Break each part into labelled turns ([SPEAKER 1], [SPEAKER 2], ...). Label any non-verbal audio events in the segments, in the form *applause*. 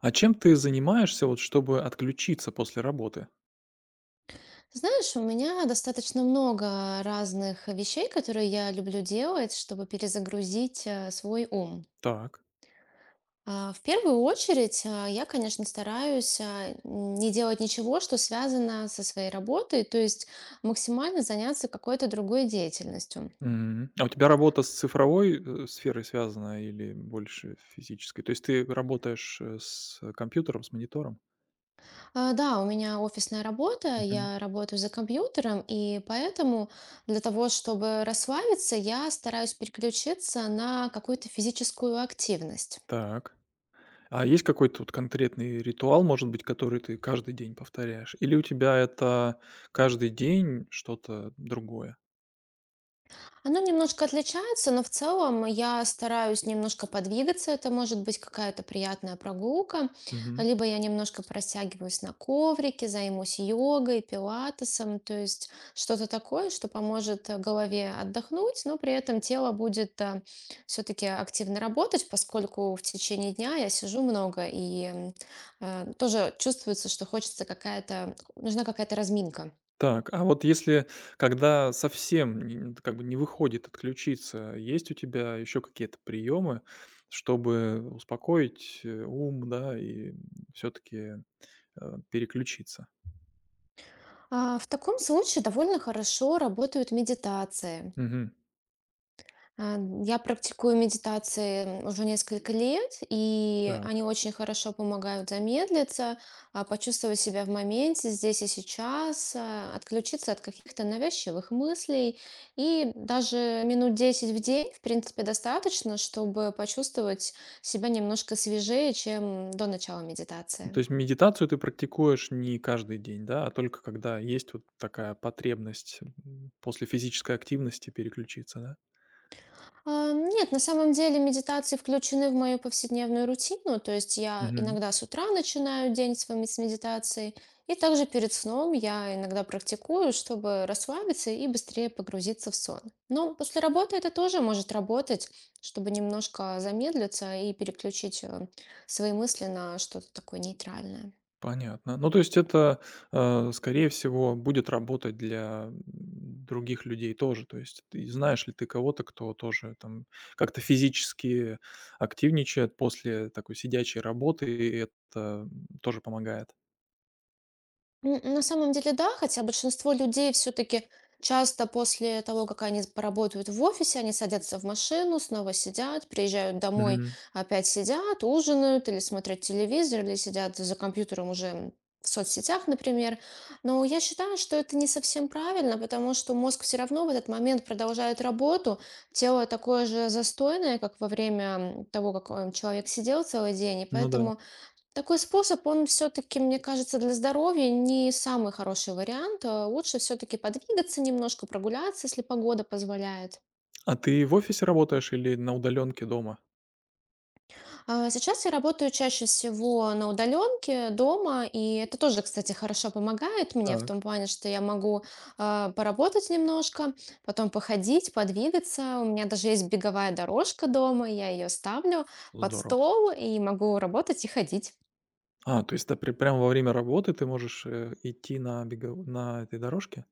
[SPEAKER 1] А чем ты занимаешься, вот чтобы отключиться после работы?
[SPEAKER 2] Знаешь, у меня достаточно много разных вещей, которые я люблю делать, чтобы перезагрузить свой ум.
[SPEAKER 1] Так.
[SPEAKER 2] В первую очередь, я, конечно, стараюсь не делать ничего, что связано со своей работой, то есть максимально заняться какой-то другой деятельностью.
[SPEAKER 1] Мгм. А у тебя работа с цифровой, сферой связана или больше физической? То есть ты работаешь, с компьютером, с монитором?
[SPEAKER 2] Да, у меня офисная работа,
[SPEAKER 1] Мгм.
[SPEAKER 2] я работаю за компьютером, и поэтому для того, чтобы расслабиться, я стараюсь переключиться на какую-то физическую активность.
[SPEAKER 1] Так. А есть какой-то вот конкретный ритуал, может быть, который ты каждый день повторяешь? Или у тебя это каждый день что-то другое?
[SPEAKER 2] Оно немножко отличается, но в целом я стараюсь немножко подвигаться. Это может быть какая-то приятная прогулка, либо я немножко просягиваюсь на коврике, займусь йогой, пилатесом, то есть что-то такое, что поможет голове отдохнуть, но при этом тело будет все-таки активно работать, поскольку в течение дня я сижу много и тоже чувствуется, что хочется какая-то, нужна какая-то разминка.
[SPEAKER 1] Так, а вот если, когда совсем н как бы не выходит отключиться, есть у тебя еще какие-то приемы, чтобы успокоить, ум, да, и все-таки, переключиться?
[SPEAKER 2] В таком случае довольно хорошо работают медитации.
[SPEAKER 1] Мгм.
[SPEAKER 2] А, Я практикую медитации уже несколько лет, и они
[SPEAKER 1] Так.
[SPEAKER 2] очень хорошо помогают замедлиться, почувствовать себя в моменте, здесь и сейчас, отключиться от каких-то навязчивых мыслей. И даже минут 10 в день, в принципе, достаточно, чтобы почувствовать себя немножко свежее, чем до начала
[SPEAKER 1] Ну, то
[SPEAKER 2] медитации.
[SPEAKER 1] есть медитацию ты практикуешь не каждый день, да, а только когда есть вот такая потребность, после физической активности переключиться, да?
[SPEAKER 2] Нет, на самом деле медитации включены в мою повседневную рутину, то есть я иногда с утра начинаю день с медитацией, и также перед сном я иногда практикую, чтобы расслабиться и быстрее погрузиться в сон. Но после работы это тоже может работать, чтобы немножко замедлиться и переключить свои мысли на что-то такое нейтральное.
[SPEAKER 1] Понятно. Ну, то есть это, скорее всего, будет работать для, других людей тоже. То есть ты знаешь ли ты кого-то, кто тоже там как-то физически активничает после такой сидячей работы, и это, тоже помогает?
[SPEAKER 2] На самом деле, да, хотя большинство людей все-таки часто после того, как они поработают в офисе, они садятся в машину, снова сидят, приезжают домой,
[SPEAKER 1] Мгм.
[SPEAKER 2] опять сидят, ужинают или смотрят телевизор, или сидят за компьютером уже в соцсетях, например. Но я считаю, что это не совсем правильно, потому что мозг все равно в этот момент продолжает работу, тело такое же застойное, как во время того, как человек сидел целый день, и
[SPEAKER 1] Ну да.
[SPEAKER 2] поэтому такой способ, он все-таки, мне кажется, для здоровья не самый хороший вариант. Лучше все-таки подвигаться немножко, прогуляться, если погода позволяет.
[SPEAKER 1] А ты в офисе работаешь или на удаленке дома?
[SPEAKER 2] Сейчас я работаю чаще всего на удаленке дома, и это тоже, кстати, хорошо помогает мне в
[SPEAKER 1] Так,
[SPEAKER 2] том плане, что я могу поработать немножко, потом походить, подвигаться. У меня даже есть беговая дорожка дома, я ее ставлю под
[SPEAKER 1] здорово.
[SPEAKER 2] стол и могу работать и ходить.
[SPEAKER 1] А, то есть ты пре прямо во время работы ты можешь, идти на бегово на этой дорожке?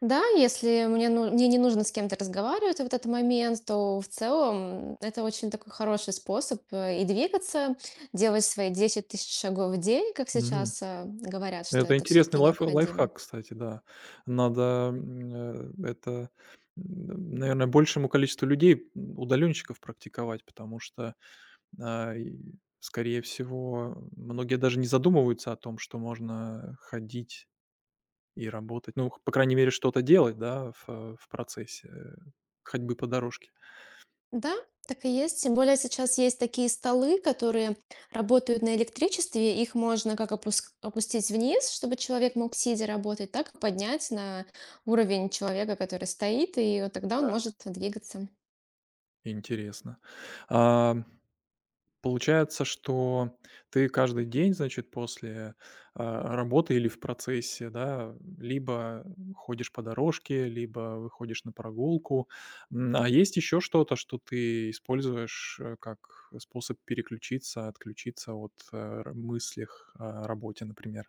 [SPEAKER 2] Да, если мне, ну, мне не нужно с кем-то разговаривать в этот момент, то в целом это очень такой хороший способ и двигаться, делать свои 10 000 шагов в день, как
[SPEAKER 1] Мгм.
[SPEAKER 2] сейчас говорят, что
[SPEAKER 1] Это
[SPEAKER 2] это
[SPEAKER 1] интересный
[SPEAKER 2] все-таки необходимо.
[SPEAKER 1] лайфхак, кстати, да. Надо, м, это, наверное, большему количеству людей, удаленщиков практиковать, потому что, и, скорее всего, многие даже не задумываются о том, что можно ходить и работать. Ну, по крайней мере, что-то делать, да, в процессе, ходьбы по дорожке.
[SPEAKER 2] Да, так и есть. Тем более сейчас есть такие столы, которые работают на электричестве. Их можно как опустить вниз, чтобы человек мог сидя работать, так и поднять на уровень человека, который стоит, и вот тогда
[SPEAKER 1] Да.
[SPEAKER 2] он может двигаться.
[SPEAKER 1] Интересно. А Получается, что ты каждый день, значит, после, работы или в процессе, да, либо ходишь по дорожке, либо выходишь на прогулку. М, а есть еще что-то, что ты используешь, как способ переключиться, отключиться от, р мыслях о работе, например?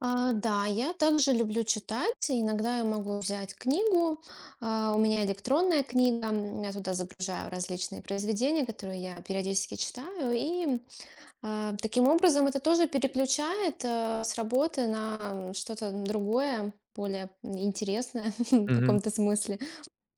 [SPEAKER 2] Да, я также люблю читать. Иногда я могу взять книгу. А, у меня электронная книга. Я туда загружаю различные произведения, которые я периодически читаю. И таким образом это тоже переключает с работы на что-то другое, более интересное *laughs* в
[SPEAKER 1] Мгм.
[SPEAKER 2] каком-то смысле.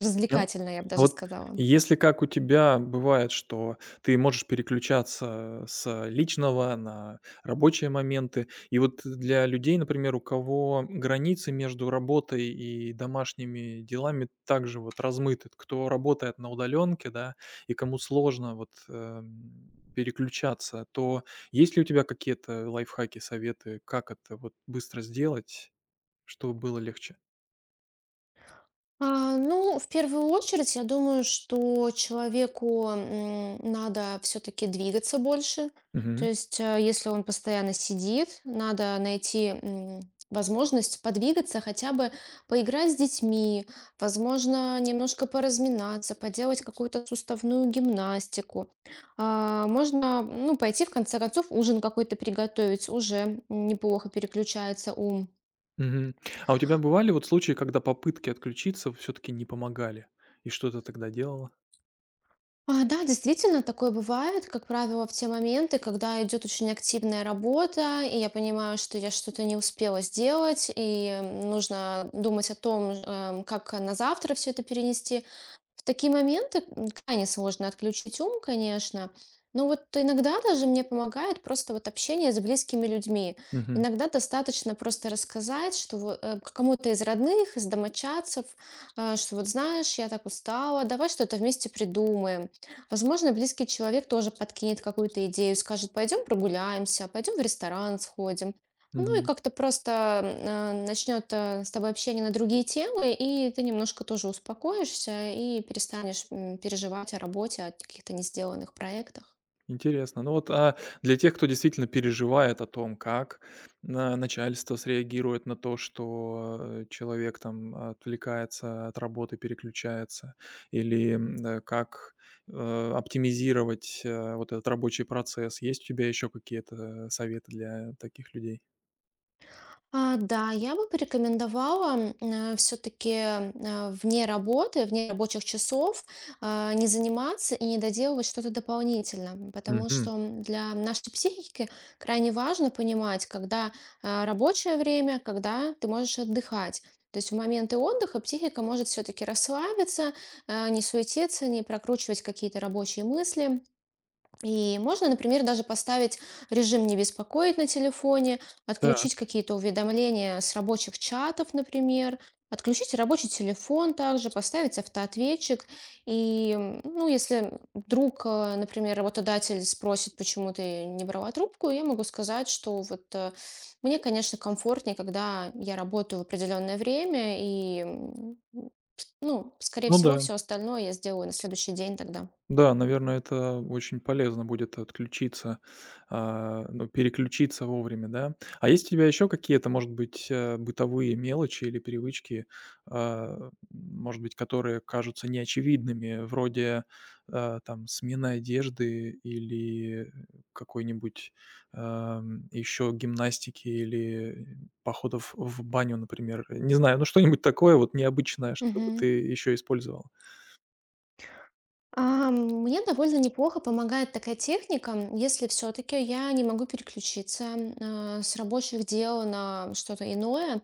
[SPEAKER 2] Развлекательное, я бы
[SPEAKER 1] А
[SPEAKER 2] даже
[SPEAKER 1] вот
[SPEAKER 2] сказала.
[SPEAKER 1] если как у тебя бывает, что ты можешь переключаться с личного на рабочие моменты, и вот для людей, например, у кого границы между работой и домашними делами также вот размыты, кто работает на удаленке, да, и кому сложно вот переключаться, то есть ли у тебя какие-то лайфхаки, советы, как это вот быстро сделать, чтобы было легче?
[SPEAKER 2] Ну, в первую очередь, я думаю, что человеку надо все-таки двигаться больше. То есть, если он постоянно сидит, надо найти возможность подвигаться, хотя бы поиграть с детьми, возможно, немножко поразминаться, поделать какую-то суставную гимнастику. Можно, ну, пойти в конце концов ужин какой-то приготовить, уже неплохо переключается ум.
[SPEAKER 1] Мгм. А у тебя бывали вот случаи, когда попытки отключиться все таки не помогали? И что ты тогда делала?
[SPEAKER 2] Да, действительно, такое бывает, как правило, в те моменты, когда идет очень активная работа, и я понимаю, что я что-то не успела сделать, и нужно думать о том, как на завтра все это перенести. В такие моменты крайне сложно отключить ум, конечно. Но вот иногда даже мне помогает просто вот общение с близкими людьми.
[SPEAKER 1] Мгм,
[SPEAKER 2] Иногда достаточно просто рассказать, что вот, к кому-то из родных, из домочадцев, что вот знаешь, я так устала, давай что-то вместе придумаем. Возможно, близкий человек тоже подкинет какую-то идею, скажет, пойдем прогуляемся, пойдем в ресторан сходим. Ну и
[SPEAKER 1] мгм.
[SPEAKER 2] как-то просто начнет с тобой общение на другие темы, и ты немножко тоже успокоишься и перестанешь переживать о работе, о каких-то несделанных проектах.
[SPEAKER 1] Интересно. Ну вот, а для тех, кто действительно переживает о том, как на начальство среагирует на то, что, человек там отвлекается от работы, переключается, или, как, оптимизировать, вот этот рабочий процесс. Есть у тебя еще какие-то советы для таких людей?
[SPEAKER 2] Да, я бы порекомендовала все-таки вне работы, вне рабочих часов не заниматься и не доделывать что-то дополнительно, потому
[SPEAKER 1] Мгм.
[SPEAKER 2] что для нашей психики крайне важно понимать, когда рабочее время, когда ты можешь отдыхать. То есть в моменты отдыха психика может все-таки расслабиться, не суетиться, не прокручивать какие-то рабочие мысли, и можно, например, даже поставить режим «не беспокоить» на телефоне,
[SPEAKER 1] Так,
[SPEAKER 2] отключить какие-то уведомления с рабочих чатов, например, отключить рабочий телефон также, поставить автоответчик. И, ну, если вдруг, например, работодатель спросит, почему ты не брала трубку, я могу сказать, что вот мне, конечно, комфортнее, когда я работаю в определенное время, и, ну, скорее
[SPEAKER 1] ну да.
[SPEAKER 2] всего, все остальное я сделаю на следующий день тогда.
[SPEAKER 1] Да, наверное, это очень полезно будет отключиться, ну, переключиться вовремя, да. А есть у тебя еще какие-то, может быть, бытовые мелочи или привычки, может быть, которые кажутся неочевидными, вроде там смены одежды или какой-нибудь еще гимнастики или походов в баню, например. Не знаю, ну что-нибудь такое вот необычное, чтобы ты
[SPEAKER 2] Мгм.
[SPEAKER 1] еще использовал.
[SPEAKER 2] Мне довольно неплохо помогает такая техника, если все-таки я не могу переключиться с рабочих дел на что-то иное.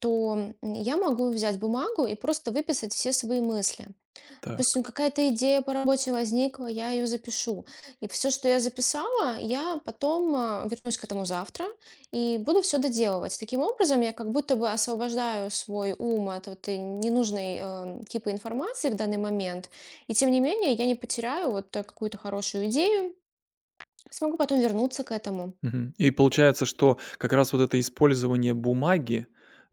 [SPEAKER 2] То я могу взять бумагу и просто выписать все свои мысли. Допустим, какая-то идея по работе возникла, я ее запишу. И все, что я записала, я потом вернусь к этому завтра и буду все доделывать. Таким образом, я как будто бы освобождаю свой ум от вот этой ненужной типа информации в данный момент. И тем не менее, я не потеряю вот какую-то хорошую идею, смогу потом вернуться к этому.
[SPEAKER 1] Мгм. И получается, что как раз вот это использование бумаги,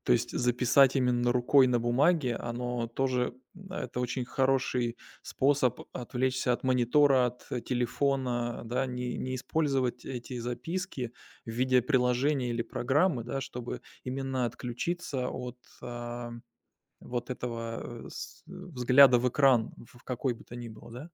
[SPEAKER 1] то есть записать именно рукой на бумаге, оно тоже это очень хороший способ отвлечься от монитора, от телефона, да, не использовать эти записки в виде приложения или программы, да, чтобы именно отключиться от а, вот этого взгляда в экран, в какой бы то ни было, да?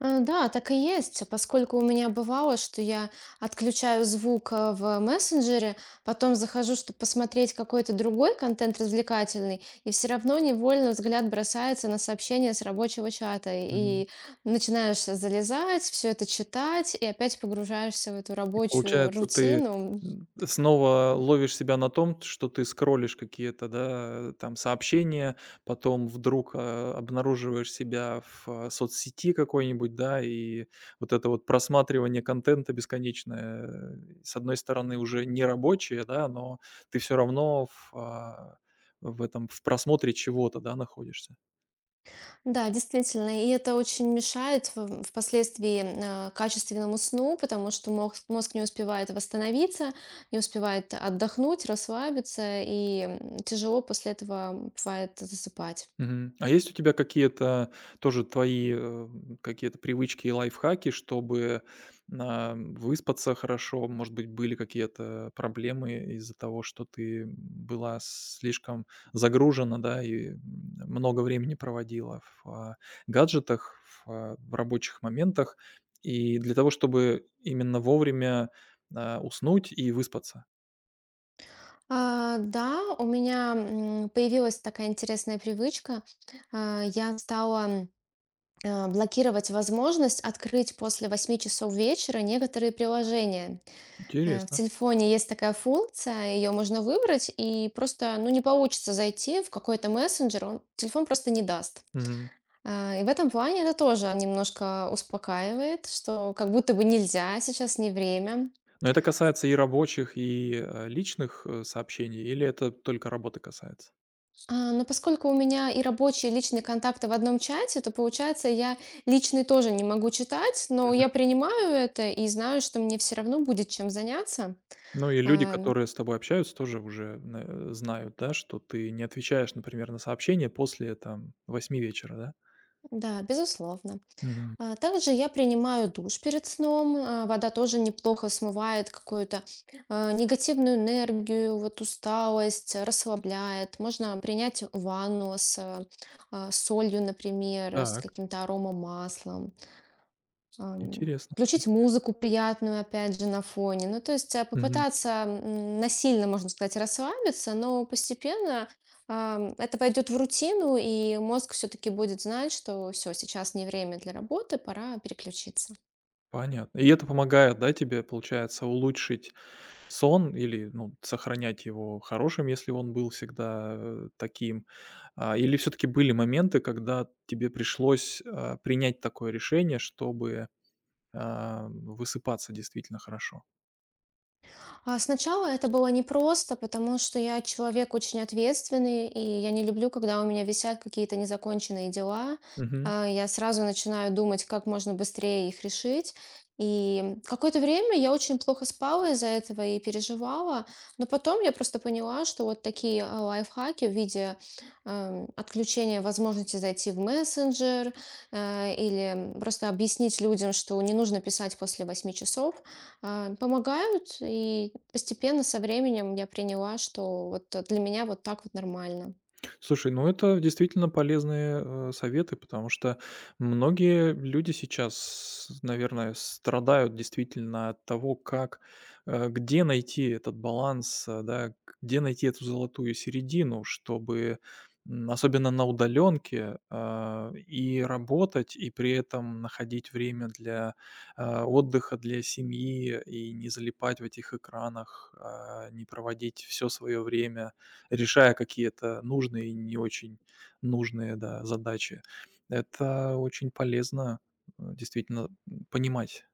[SPEAKER 2] Да, так и есть, поскольку у меня бывало, что я отключаю звук в мессенджере, потом захожу, чтобы посмотреть какой-то другой контент развлекательный, и все равно невольно взгляд бросается на сообщение с рабочего чата,
[SPEAKER 1] Мгм.
[SPEAKER 2] и начинаешь залезать, все это читать, и опять погружаешься в эту
[SPEAKER 1] И
[SPEAKER 2] рабочую
[SPEAKER 1] получается, ты,
[SPEAKER 2] рутину.
[SPEAKER 1] снова ловишь себя на том, что ты скроллишь какие-то, да, там сообщения, потом вдруг, обнаруживаешь себя соцсети какой-нибудь, да, и вот это вот просматривание контента бесконечное, с одной стороны, уже не рабочее, да, но ты все равно в этом, в просмотре чего-то, да, находишься.
[SPEAKER 2] Да, действительно, и это очень мешает впоследствии качественному сну, потому что мозг, мозг не успевает восстановиться, не успевает отдохнуть, расслабиться, и тяжело после этого бывает засыпать.
[SPEAKER 1] Мгм. А есть у тебя какие-то тоже твои, какие-то привычки и лайфхаки, чтобы, выспаться хорошо? Может быть, были какие-то проблемы из-за того, что ты была слишком загружена, да, и много времени проводила гаджетах, в рабочих моментах, и для того, чтобы именно вовремя, уснуть и выспаться?
[SPEAKER 2] Да, у меня появилась такая интересная привычка. Я стала блокировать возможность открыть после 8 часов вечера некоторые приложения. В
[SPEAKER 1] Интересно.
[SPEAKER 2] телефоне есть такая функция, ее можно выбрать, и просто, ну, не получится зайти в какой-то мессенджер, он, телефон просто не даст. И в этом плане это тоже немножко успокаивает, что как будто бы нельзя, сейчас не время.
[SPEAKER 1] Но это касается и рабочих, и, личных, сообщений, или это только работы касается?
[SPEAKER 2] Но поскольку у меня и рабочие, и личные контакты в одном чате, то получается, я личный тоже не могу читать, но
[SPEAKER 1] Мгм.
[SPEAKER 2] я принимаю это и знаю, что мне все равно будет чем заняться.
[SPEAKER 1] Ну и люди,
[SPEAKER 2] А,
[SPEAKER 1] которые с тобой общаются, тоже уже на знают, да, что ты не отвечаешь, например, на сообщение после, там, восьми вечера, да?
[SPEAKER 2] Да, безусловно.
[SPEAKER 1] Мгм.
[SPEAKER 2] Также я принимаю душ перед сном. Вода тоже неплохо смывает какую-то негативную энергию, вот усталость, расслабляет. Можно принять ванну с солью, например, с
[SPEAKER 1] Так,
[SPEAKER 2] каким-то аромамаслом.
[SPEAKER 1] интересно, интересно.
[SPEAKER 2] Включить музыку приятную, опять же, на фоне. Ну, то есть,
[SPEAKER 1] Мгм.
[SPEAKER 2] попытаться, насильно, можно сказать, расслабиться, но постепенно, это войдет в рутину, и мозг все-таки будет знать, что все, сейчас не время для работы, пора переключиться.
[SPEAKER 1] Понятно. И это помогает, да, тебе, получается, улучшить сон или, ну, сохранять его хорошим, если он был всегда, таким? А, или все таки были моменты, когда тебе пришлось, принять такое решение, чтобы, высыпаться действительно хорошо?
[SPEAKER 2] А сначала это было непросто, потому что я человек очень ответственный, и я не люблю, когда у меня висят какие-то незаконченные дела. Я сразу начинаю думать, как можно быстрее их решить. И какое-то время я очень плохо спала из-за этого и переживала, но потом я просто поняла, что вот такие лайфхаки в виде отключения возможности зайти в мессенджер или просто объяснить людям, что не нужно писать после 8 часов, помогают, и постепенно со временем я приняла, что вот для меня вот так вот нормально.
[SPEAKER 1] Слушай, ну это действительно полезные советы, потому что многие люди сейчас, наверное, страдают действительно от того, как, где найти этот баланс, да, где найти эту золотую середину, чтобы особенно на удаленке и работать, и при этом находить время для отдыха, для семьи, и не залипать в этих экранах, не проводить все свое время решая какие-то нужные и не очень нужные, да, задачи. Это очень полезно, действительно, понимать,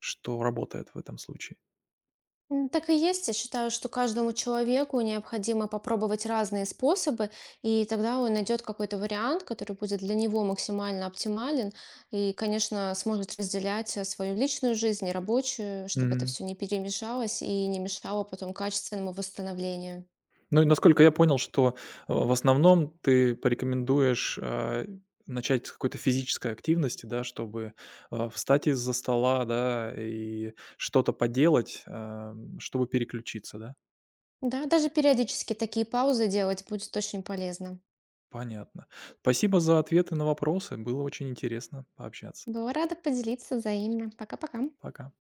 [SPEAKER 1] что работает в этом случае.
[SPEAKER 2] Так и есть. Я считаю, что каждому человеку необходимо попробовать разные способы, и тогда он найдет какой-то вариант, который будет для него максимально оптимален, и, конечно, сможет разделять свою личную жизнь и рабочую, чтобы это
[SPEAKER 1] Мгм.
[SPEAKER 2] все не перемешалось и не мешало потом качественному восстановлению.
[SPEAKER 1] Ну и насколько я понял, что, в основном ты порекомендуешь, начать с какой-то физической активности, да, чтобы, встать из-за стола, да, и что-то поделать, чтобы переключиться, да?
[SPEAKER 2] Да, даже периодически такие паузы делать будет очень полезно.
[SPEAKER 1] Понятно. Спасибо за ответы на вопросы. Было очень интересно пообщаться.
[SPEAKER 2] Была рада поделиться взаимно. Пока-пока.
[SPEAKER 1] Пока.